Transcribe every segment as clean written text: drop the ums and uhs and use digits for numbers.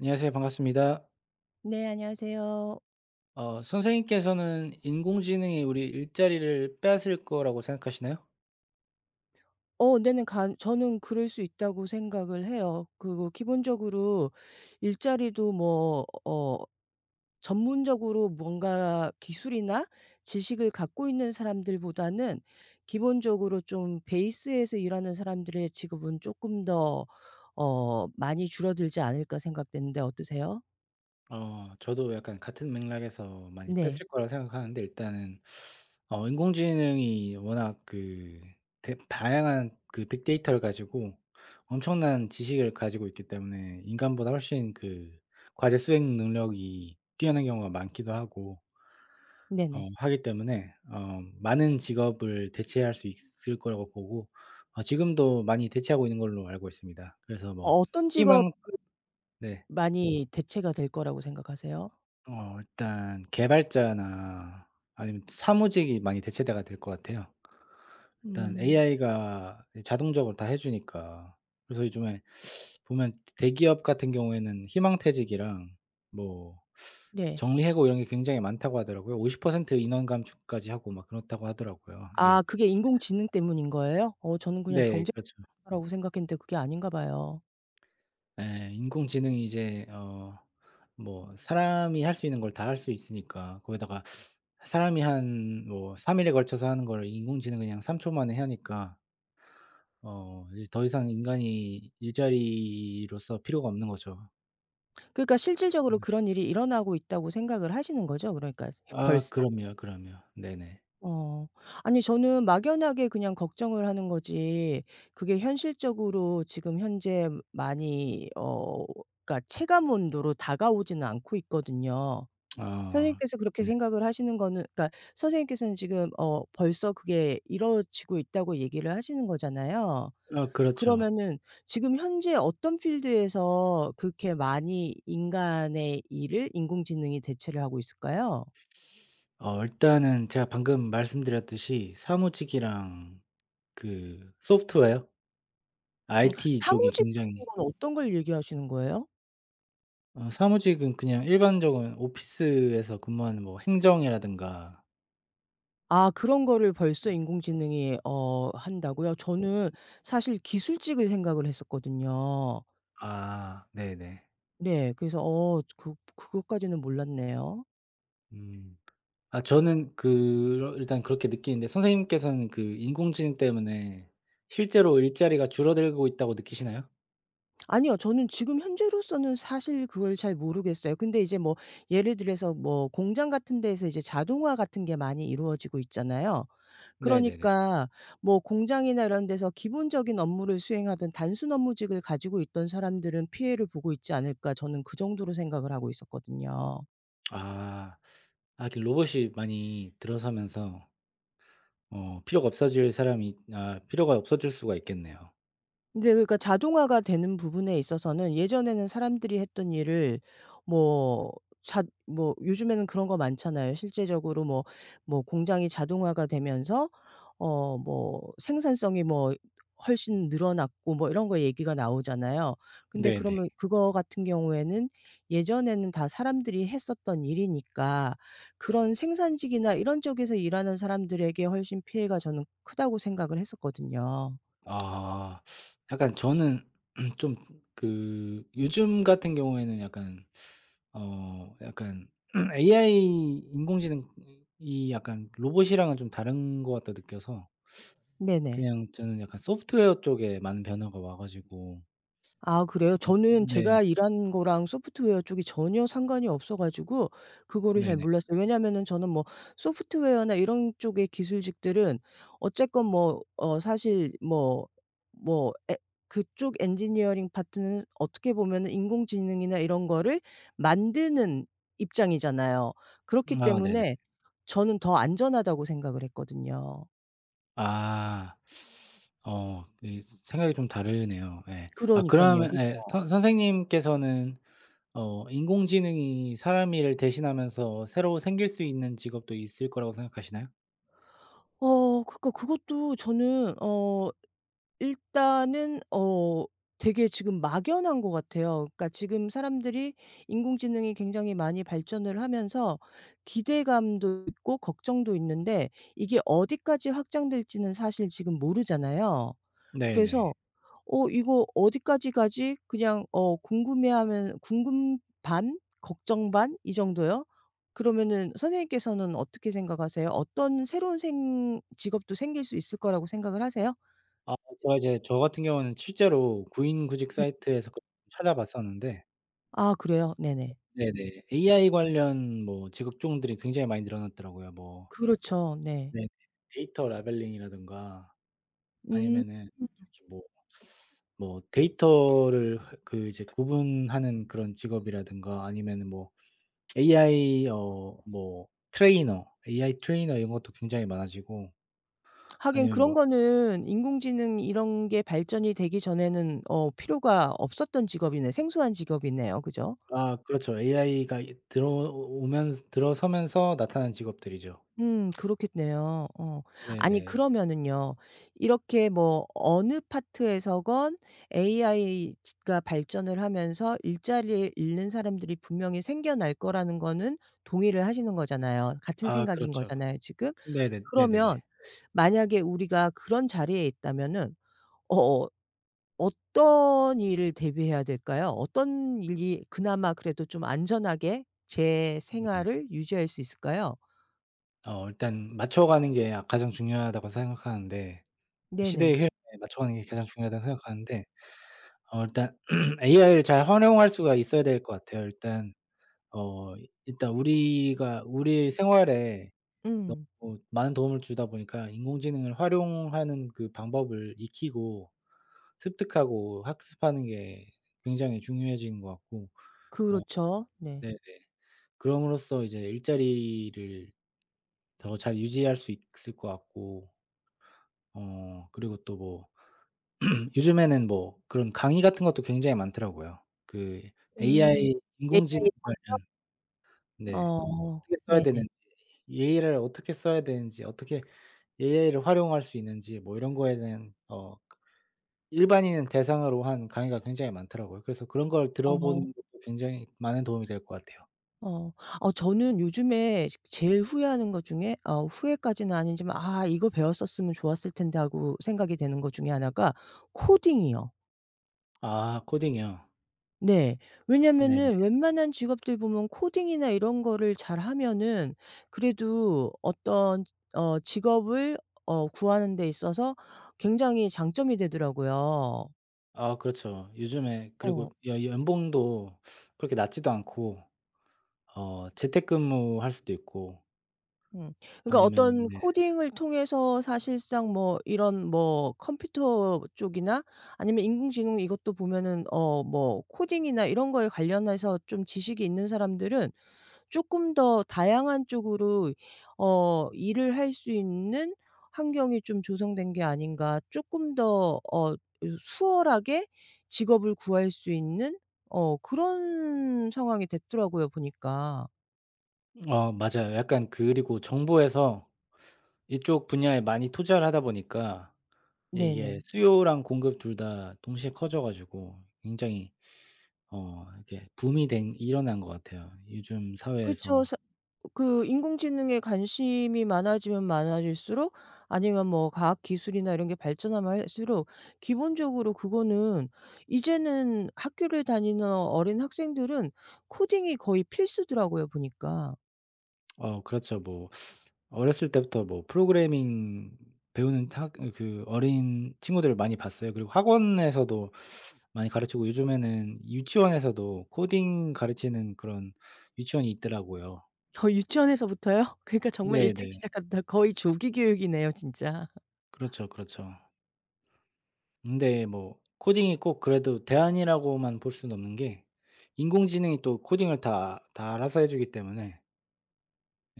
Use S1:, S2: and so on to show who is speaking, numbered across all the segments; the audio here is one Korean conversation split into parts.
S1: 안녕하세요. 반갑습니다.
S2: 네, 안녕하세요.
S1: 선생님께서는 인공지능이 우리 일자리를 뺏을 거라고 생각하시나요?
S2: 어네는간 저는 그럴 수 있다고 생각을 해요. 그리고 기본적으로 일자리도 뭐 전문적으로 뭔가 기술이나 지식을 갖고 있는 사람들보다는 기본적으로 좀 베이스에서 일하는 사람들의 직업은 조금 더 많이 줄어들지 않을까 생각되는데, 어떠세요?
S1: 저도 약간 같은 맥락에서 많이
S2: 네.
S1: 뺏을 거라고 생각하는데 일단은 인공지능이 워낙 그 대 다양한 빅데이터를 가지고 엄청난 지식을 가지고 있기 때문에 인간보다 훨씬 과제 수행 능력이 뛰어난 경우가 많기도 하고
S2: 네네.
S1: 하기 때문에 많은 직업을 대체할 수 있을 거라고 보고 지금도 많이 대체하고 있는 걸로 알고 있습니다. 그래서 뭐
S2: 어떤 직업
S1: 희망 네.
S2: 많이 대체가 될 거라고 생각하세요?
S1: 어 일단 개발자나 아니면 사무직이 많이 대체가 될 것 같아요. 일단
S2: 음.
S1: AI가 이 자동적으로 다 해 주니까. 그래서 요즘에 보면 대기업 같은 경우에는 희망퇴직이랑 뭐
S2: 네.
S1: 정리해고 이런 게 굉장히 많다고 하더라고요. 50% 인원 감축까지 하고 막 그렇다고 하더라고요. 이게
S2: 아, 그게 인공지능 때문인 거예요? 저는 그냥
S1: 네. 그렇죠.
S2: 경쟁사라고 생각했는데 그게 아닌가 봐요.
S1: 예. 인공지능이 이제 뭐 사람이 할 수 있는 걸 다 할 수 있으니까 거기다가 사람이 한 뭐 3 일에 걸쳐서 하는 걸 인공지능은 그냥 3초 만에 하니까 이제 더 이상 인간이 일자리로서 필요가 없는 거죠.
S2: 그러니까 실질적으로
S1: 네.
S2: 그런 일이 일어나고 있다고 생각을 하시는 거죠? 그러니까
S1: 아
S2: 벌써.
S1: 그럼요, 그럼요. 네네.
S2: 어. 아니, 저는 막연하게 그냥 걱정을 하는 거지, 그게 현실적으로 지금 현재 많이 그러니까 체감 온도로 다가오지는 않고 있거든요.
S1: 아
S2: 선생님께서 그렇게
S1: 네.
S2: 생각을 하시는 거는, 그러니까 선생님께서는 지금 벌써 그게 이루어지고 있다고 얘기를 하시는 거잖아요.
S1: 아 그렇죠.
S2: 그러면은 지금 현재 어떤 필드에서 그렇게 많이 인간의 일을 인공지능이 대체를 하고 있을까요?
S1: 일단은 제가 방금 말씀드렸듯이 사무직이랑 소프트웨어
S2: 음,
S1: IT 쪽이
S2: 사무직 같은
S1: 굉장히
S2: 건 어떤 걸 얘기하시는 거예요?
S1: 사무직은 그냥 일반적인 오피스에서 근무하는 뭐 행정이라든가
S2: 아, 그런 거를 벌써 인공지능이 한다고요? 저는 사실 기술직을 생각을 했었거든요.
S1: 아 네네.
S2: 네. 그래서 그것까지는 몰랐네요.
S1: 음. 아 저는 일단 그렇게 느끼는데 선생님께서는 인공지능 때문에 실제로 일자리가 줄어들고 있다고 느끼시나요?
S2: 아니요. 저는 지금 현재로서는 사실 그걸 잘 모르겠어요. 근데 이제 뭐 예를 들어서 뭐 공장 같은 데에서 이제 자동화 같은 게 많이 이루어지고 있잖아요.
S1: 네네네.
S2: 그러니까 뭐 공장이나 이런 데서 기본적인 업무를 수행하던 단순 업무직을 가지고 있던 사람들은 피해를 보고 있지 않을까, 저는 그 정도로 생각을 하고 있었거든요.
S1: 아. 아 로봇이 많이 들어서면서 어 필요가 없어질 사람이 아 필요가 없어질 수가 있겠네요.
S2: 인제 그러니까 자동화가 되는 부분에 있어서는 예전에는 사람들이 했던 일을 뭐 자 뭐 요즘에는 그런 거 많잖아요. 실제적으로 뭐 뭐 공장이 자동화가 되면서 뭐 생산성이 뭐 훨씬 늘어났고 뭐 이런 거 얘기가 나오잖아요. 근데
S1: 네네.
S2: 그러면 그거 같은 경우에는 예전에는 다 사람들이 했었던 일이니까 그런 생산직이나 이런 쪽에서 일하는 사람들에게 훨씬 피해가 저는 크다고 생각을 했었거든요.
S1: 아. 약간 저는 좀 요즘 같은 경우에는 약간 어 약간 AI 인공지능이 약간 로봇이랑은 좀 다른 것 같다 느껴서
S2: 네네.
S1: 그냥 저는 약간 소프트웨어 쪽에 많은 변화가 와 가지고
S2: 아, 그래요? 저는
S1: 네.
S2: 제가 일한 거랑 소프트웨어 쪽이 전혀 상관이 없어 가지고 그거를 잘
S1: 네네.
S2: 몰랐어요. 왜냐면은 저는 뭐 소프트웨어나 이런 쪽의 기술직들은 어쨌건 뭐 사실 뭐 뭐 에 그쪽 엔지니어링 파트는 어떻게 보면은 인공지능이나 이런 거를 만드는 입장이잖아요. 그렇기
S1: 아 네네.
S2: 때문에 저는 더 안전하다고 생각을 했거든요.
S1: 아. 어 이 생각이 좀 다르네요. 예. 아
S2: 그러니깐요.
S1: 그러면 예
S2: 그죠.
S1: 선 선생님께서는 인공지능이 사람 일을 대신하면서 새로 생길 수 있는 직업도 있을 거라고 생각하시나요?
S2: 그러니까 그것도 저는 일단은 되게 지금 막연한 것 같아요. 그러니까 지금 사람들이 인공지능이 굉장히 많이 발전을 하면서 기대감도 있고 걱정도 있는데 이게 어디까지 확장될지는 사실 지금 모르잖아요.
S1: 네네.
S2: 그래서 '어 이거 어디까지 가지?' 그냥 궁금해하면 궁금 반 걱정 반 이 정도요? 그러면은 선생님께서는 어떻게 생각하세요? 어떤 새로운 생 직업도 생길 수 있을 거라고 생각을 하세요?
S1: 아 제가 이제 저 같은 경우는 실제로 구인구직 사이트에서 찾아봤었는데
S2: 아, 그래요? 네네.
S1: 네네. AI 관련 뭐 직업종들이 굉장히 많이 늘어났더라고요. 뭐
S2: 그렇죠. 네.
S1: 네 데이터 라벨링이라든가
S2: 음.
S1: 아니면은 저기 뭐 뭐 데이터를 하 그 이제 구분하는 그런 직업이라든가 아니면은 뭐 AI 트레이너 이런 것도 굉장히 많아지고
S2: 하긴
S1: 아니면
S2: 그런
S1: 뭐
S2: 거는 인공지능 이런 게 발전이 되기 전에는 필요가 없었던 직업이네. 생소한 직업이네요. 그죠?
S1: 아 그렇죠. AI가 이 들어오면서 들어서면서 나타난 직업들이죠.
S2: 음, 그렇겠네요. 어. 아니
S1: 네네.
S2: 그러면은요. 이렇게 뭐 어느 파트에서건 AI 지 가 발전을 하면서 일자리를 잃는 사람들이 분명히 생겨날 거라는 거는 동의를 하시는 거잖아요. 같은
S1: 아
S2: 생각인
S1: 그렇죠.
S2: 거잖아요 지금.
S1: 네네.
S2: 그러면
S1: 네네네.
S2: 만약에 우리가 그런 자리에 있다면은 어 어 떤 일을 대비해야 될까요? 어떤 일이 그나마 그래도 좀 안전하게 제
S1: 네.
S2: 생활을 유지할 수 있을까요?
S1: 어 일단 맞춰가는 게 아 가장 중요하다고 생각하는데 그 시대의
S2: 네네.
S1: 흐름에 맞춰가는 게 가장 중요하다고 생각하는데 일단 AI를 잘 활용할 수가 있어야 될 것 같아요. 어 일단 우리가 우리의 생활에
S2: 음.
S1: 너무 많은 도움을 주다 보니까 인공지능을 활용하는 그 방법을 익히고 습득하고 학습하는 게 굉장히 중요해진 것 같고 어.
S2: 그렇죠. 네.
S1: 네네. 그럼으로써 이제 일자리를 더 잘 유지할 수 있을 것 같고 그리고 또 뭐 요즘에는 뭐 그런 강의 같은 것도 굉장히 많더라고요. 그
S2: 음.
S1: AI 인공지능
S2: AI
S1: 관련 네. 어떻게 써야
S2: 네네.
S1: 되는지 AI를 어떻게 써야 되는지 어떻게 AI를 활용할 수 있는지 뭐 이런 거에 대한 일반인 대상으로 한 강의가 굉장히 많더라고요. 그래서 그런 걸
S2: 어.
S1: 들어보는 것도 굉장히 많은 도움이 될 것 같아요.
S2: 어. 저는 요즘에 제일 후회하는 것 중에 후회까지는 아니지만 '아, 이거 배웠었으면 좋았을 텐데.' 하고 생각이 되는 것 중에 하나가 코딩이요.
S1: 아 코딩이요.
S2: 네.
S1: 네네.
S2: 왜냐면은 웬만한 직업들 보면 코딩이나 이런 거를 잘하면은 그래도 어떤 직업을 구하는 데 있어서 굉장히 장점이 되더라고요.
S1: 아 그렇죠. 요즘에 그리고
S2: 어.
S1: 여 연봉도 그렇게 낮지도 않고 재택근무할 수도 있고
S2: 음. 그러니까
S1: 아니면
S2: 어떤
S1: 네.
S2: 코딩을 통해서 사실상 뭐 이런 뭐 컴퓨터 쪽이나 아니면 인공지능 이것도 보면은 뭐 코딩이나 이런 거에 관련해서 좀 지식이 있는 사람들은 조금 더 다양한 쪽으로 일을 할 수 있는 환경이 좀 조성된 게 아닌가. 조금 더 수월하게 직업을 구할 수 있는 그런 상황이 됐더라고요 보니까.
S1: 어 맞아요. 약간 그리고 정부에서 이쪽 분야에 많이 투자를 하다 보니까 이게
S2: 네네.
S1: 수요랑 공급 둘 다 동시에 커져 가지고 굉장히 이렇게 붐이 된 일어난 것 같아요. 요즘
S2: 그쵸.
S1: 사회에서.
S2: 사 그 인공지능에 관심이 많아지면 많아질수록 아니면 뭐 과학 기술이나 이런 게 발전하면 할수록 기본적으로 그거는 이제는 학교를 다니는 어린 학생들은 코딩이 거의 필수더라고요 보니까.
S1: 어 그렇죠. 뭐 어렸을 때부터 뭐 프로그래밍 배우는 학 그 어린 친구들을 많이 봤어요. 그리고 학원에서도 많이 가르치고 요즘에는 유치원에서도 코딩 가르치는 그런 유치원이 있더라고요.
S2: 유치원에서부터요? 그러니까 정말 일찍
S1: 네네.
S2: 시작한다. 거의 조기 교육이네요 진짜.
S1: 그렇죠, 그렇죠. 근데 뭐 코딩이 꼭 그래도 대안이라고만 볼 수는 없는 게 인공지능이 또 코딩을 다 알아서 해 주기 때문에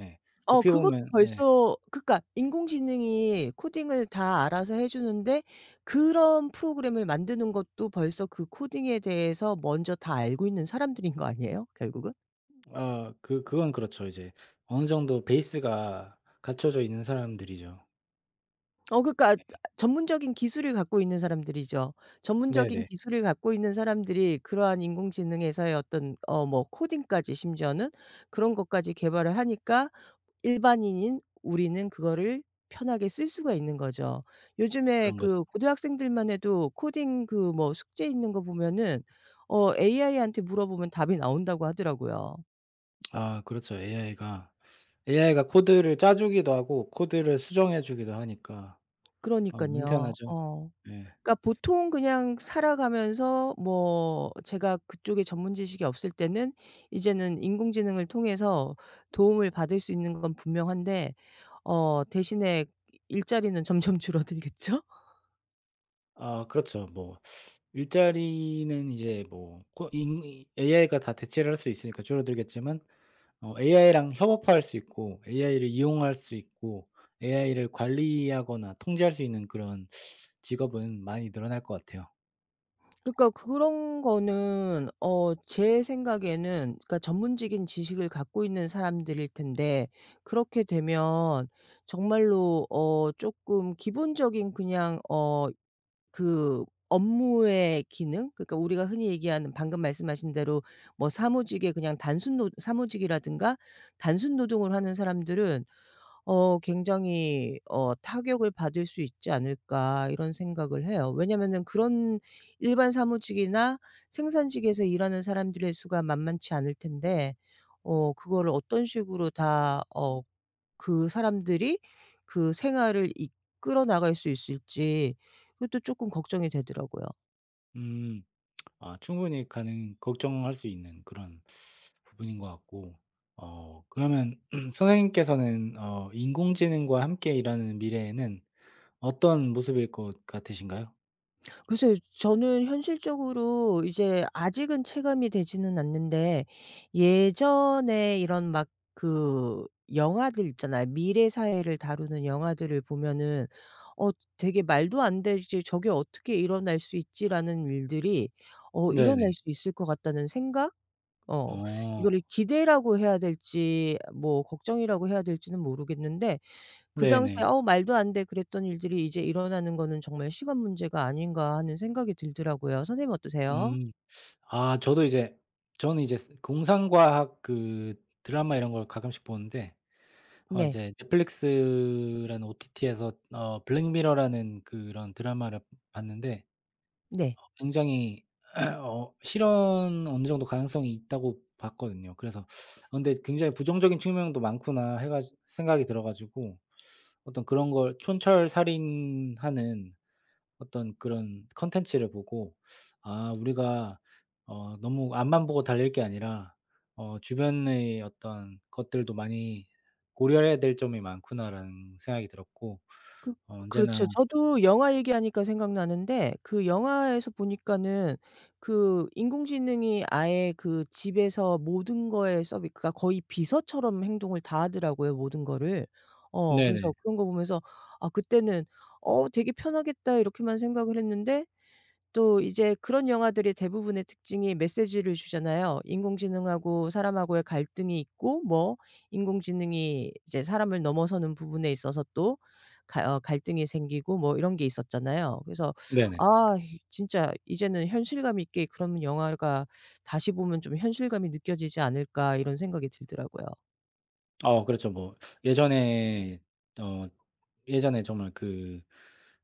S1: 예 어떻게
S2: 그것도
S1: 보면 예
S2: 벌써, 그러니까 인공지능이 코딩을 다 알아서 해 주는데 그런 프로그램을 만드는 것도 벌써 그 코딩에 대해서 먼저 다 알고 있는 사람들인 거 아니에요, 결국은?
S1: 아 그건 그렇죠. 이제 어느 정도 베이스가 갖춰져 있는 사람들이죠.
S2: 그러니까 전문적인 기술을 갖고 있는 사람들이죠. 전문적인
S1: 네네.
S2: 기술을 갖고 있는 사람들이 그러한 인공지능에서의 어떤 뭐 코딩까지 심지어는 그런 것까지 개발을 하니까 일반인인 우리는 그거를 편하게 쓸 수가 있는 거죠. 요즘에
S1: 그런 거죠.
S2: 그 고등학생들만 해도 코딩 그 뭐 숙제 있는 거 보면은 AI한테 물어보면 답이 나온다고 하더라고요.
S1: 아 그렇죠. AI가 코드를 짜 주기도 하고 코드를 수정해 주기도 하니까 아 너무
S2: 그러니깐요.
S1: 편하죠.
S2: 어.
S1: 예.
S2: 그러니까 보통 그냥 살아가면서 뭐 제가 그쪽에 전문 지식이 없을 때는 이제는 인공지능을 통해서 도움을 받을 수 있는 건 분명한데 대신에 일자리는 점점 줄어들겠죠?
S1: 아 그렇죠. 뭐 일자리는 이제 뭐 고 인 이 AI가 다 대체를 할 수 있으니까 줄어들겠지만 AI랑 협업할 수 있고 AI를 이용할 수 있고 AI를 관리하거나 통제할 수 있는 그런 직업은 많이 늘어날 것 같아요.
S2: 그러니까 그런 거는 제 생각에는, 그러니까 전문적인 지식을 갖고 있는 사람들일 텐데 그렇게 되면 정말로 쪼끔 기본적인 그냥 그 업무의 기능, 그러니까 우리가 흔히 얘기하는 방금 말씀하신 대로 뭐 사무직의 그냥 단순 노 사무직이라든가 단순 노동을 하는 사람들은 굉장히 '타격을 받을 수 있지 않을까.' 이런 생각을 해요. 왜냐면은 그런 일반 사무직이나 생산직에서 일하는 사람들의 수가 만만치 않을 텐데 그거를 어떤 식으로 다 그 사람들이 그 생활을 이끌어 나갈 수 있을지, 그것도 조금 걱정이 되더라고요.
S1: 음. 아 충분히 가능 걱정할 수 있는 그런 부분인 것 같고 그러면 선생님께서는 인공지능과 함께 일하는 미래에는 어떤 모습일 것 같으신가요?
S2: 글쎄요. 저는 현실적으로 이제 아직은 체감이 되지는 않는데 예전에 이런 막 그 영화들 있잖아요. 미래 사회를 다루는 영화들을 보면은 어 되게 '말도 안 되지. 저게 어떻게 일어날 수 있지.'라는 일들이 일어날
S1: 네네.
S2: 수 있을 것 같다는 생각? 어
S1: 어.
S2: 이거를 기대라고 해야 될지 뭐 걱정이라고 해야 될지는 모르겠는데 그 당시에
S1: 네네.
S2: '어우, 말도 안 돼.' 그랬던 일들이 이제 일어나는 거는 정말 시간 문제가 아닌가 하는 생각이 들더라고요. 선생님은 어떠세요?
S1: 음. 아 저도 이제 저는 이제 스 공상과학 드라마 이런 걸 가끔씩 보는데
S2: 네.
S1: 이제 넷플릭스라는 OTT에서 블랙미러라는 그런 드라마를 봤는데
S2: 네.
S1: 굉장히 어 실현 어느 정도 가능성이 있다고 봤거든요. 그래서 아 근데 굉장히 부정적인 측면도 많구나 해 가지 생각이 들어 가지고 어떤 그런 걸 촌철살인하는 어떤 그런 컨텐츠를 보고 '아 우리가 너무 앞만 보고 달릴 게 아니라 주변의 어떤 것들도 많이 고려해야 될 점이 많구나.'라는 생각이 들었고
S2: 그
S1: 어 언제나
S2: 그렇죠. 저도 영화 얘기하니까 생각나는데 그 영화에서 보니까는 그 인공지능이 아예 그 집에서 모든 거에 서비 그러니까 거의 비서처럼 행동을 다 하더라고요, 모든 거를. 그래서
S1: 네네.
S2: 그런 거 보면서 아, 그때는 '어, 되게 편하겠다.' 이렇게만 생각을 했는데 또 이제 그런 영화들이 대부분의 특징이 메시지를 주잖아요. 인공지능하고 사람하고의 갈등이 있고, 뭐 인공지능이 이제 사람을 넘어서는 부분에 있어서 또 가 갈등이 생기고 뭐 이런 게 있었잖아요. 그래서 아,
S1: 네네.
S2: 진짜 이제는 '현실감 있게 그런 영화가 다시 보면 좀 현실감이 느껴지지 않을까.' 이런 생각이 들더라고요.
S1: 어 그렇죠. 뭐 예전에 어 예전에 정말 그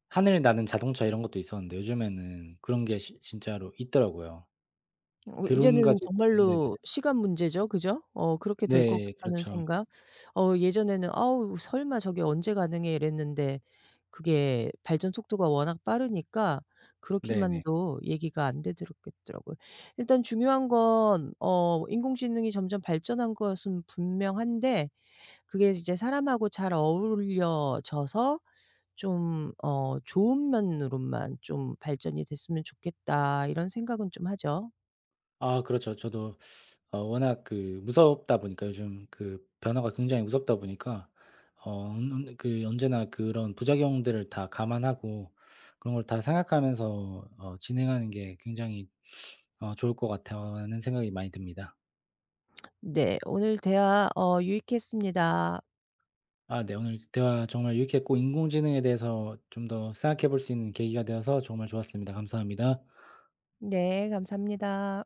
S1: 하늘 나는 자동차 이런 것도 있었는데 요즘에는 그런 게 시 진짜로 있더라고요. 드론
S2: 이제는
S1: 가지고 네네.
S2: 정말로 시간 문제죠. 그죠? 그렇게 될 것
S1: 네
S2: 같다는
S1: 그렇죠.
S2: 생각. 예전에는 '아우, 설마 저게 언제 가능해.' 이랬는데 그게 발전 속도가 워낙 빠르니까
S1: 네네.
S2: 그렇게만도 얘기가 안 되더겠더라고요. 일단 중요한 건 인공지능이 점점 발전한 것은 분명한데 그게 이제 사람하고 잘 어울려져서 좀 '좋은 면으로만 좀 발전이 됐으면 좋겠다.' 이런 생각은 좀 하죠.
S1: 아 그렇죠. 저도 워낙 그 무섭다 보니까 요즘 그 변화가 굉장히 무섭다 보니까 어 언 그 언제나 그런 부작용들을 다 감안하고 그런 걸 다 생각하면서 진행하는 게 굉장히 좋을 것 같다는 생각이 많이 듭니다.
S2: 네. 오늘 대화 유익했습니다.
S1: 아 네 오늘 대화 정말 유익했고 인공지능에 대해서 좀 더 생각해 볼 수 있는 계기가 되어서 정말 좋았습니다. 감사합니다.
S2: 네. 감사합니다.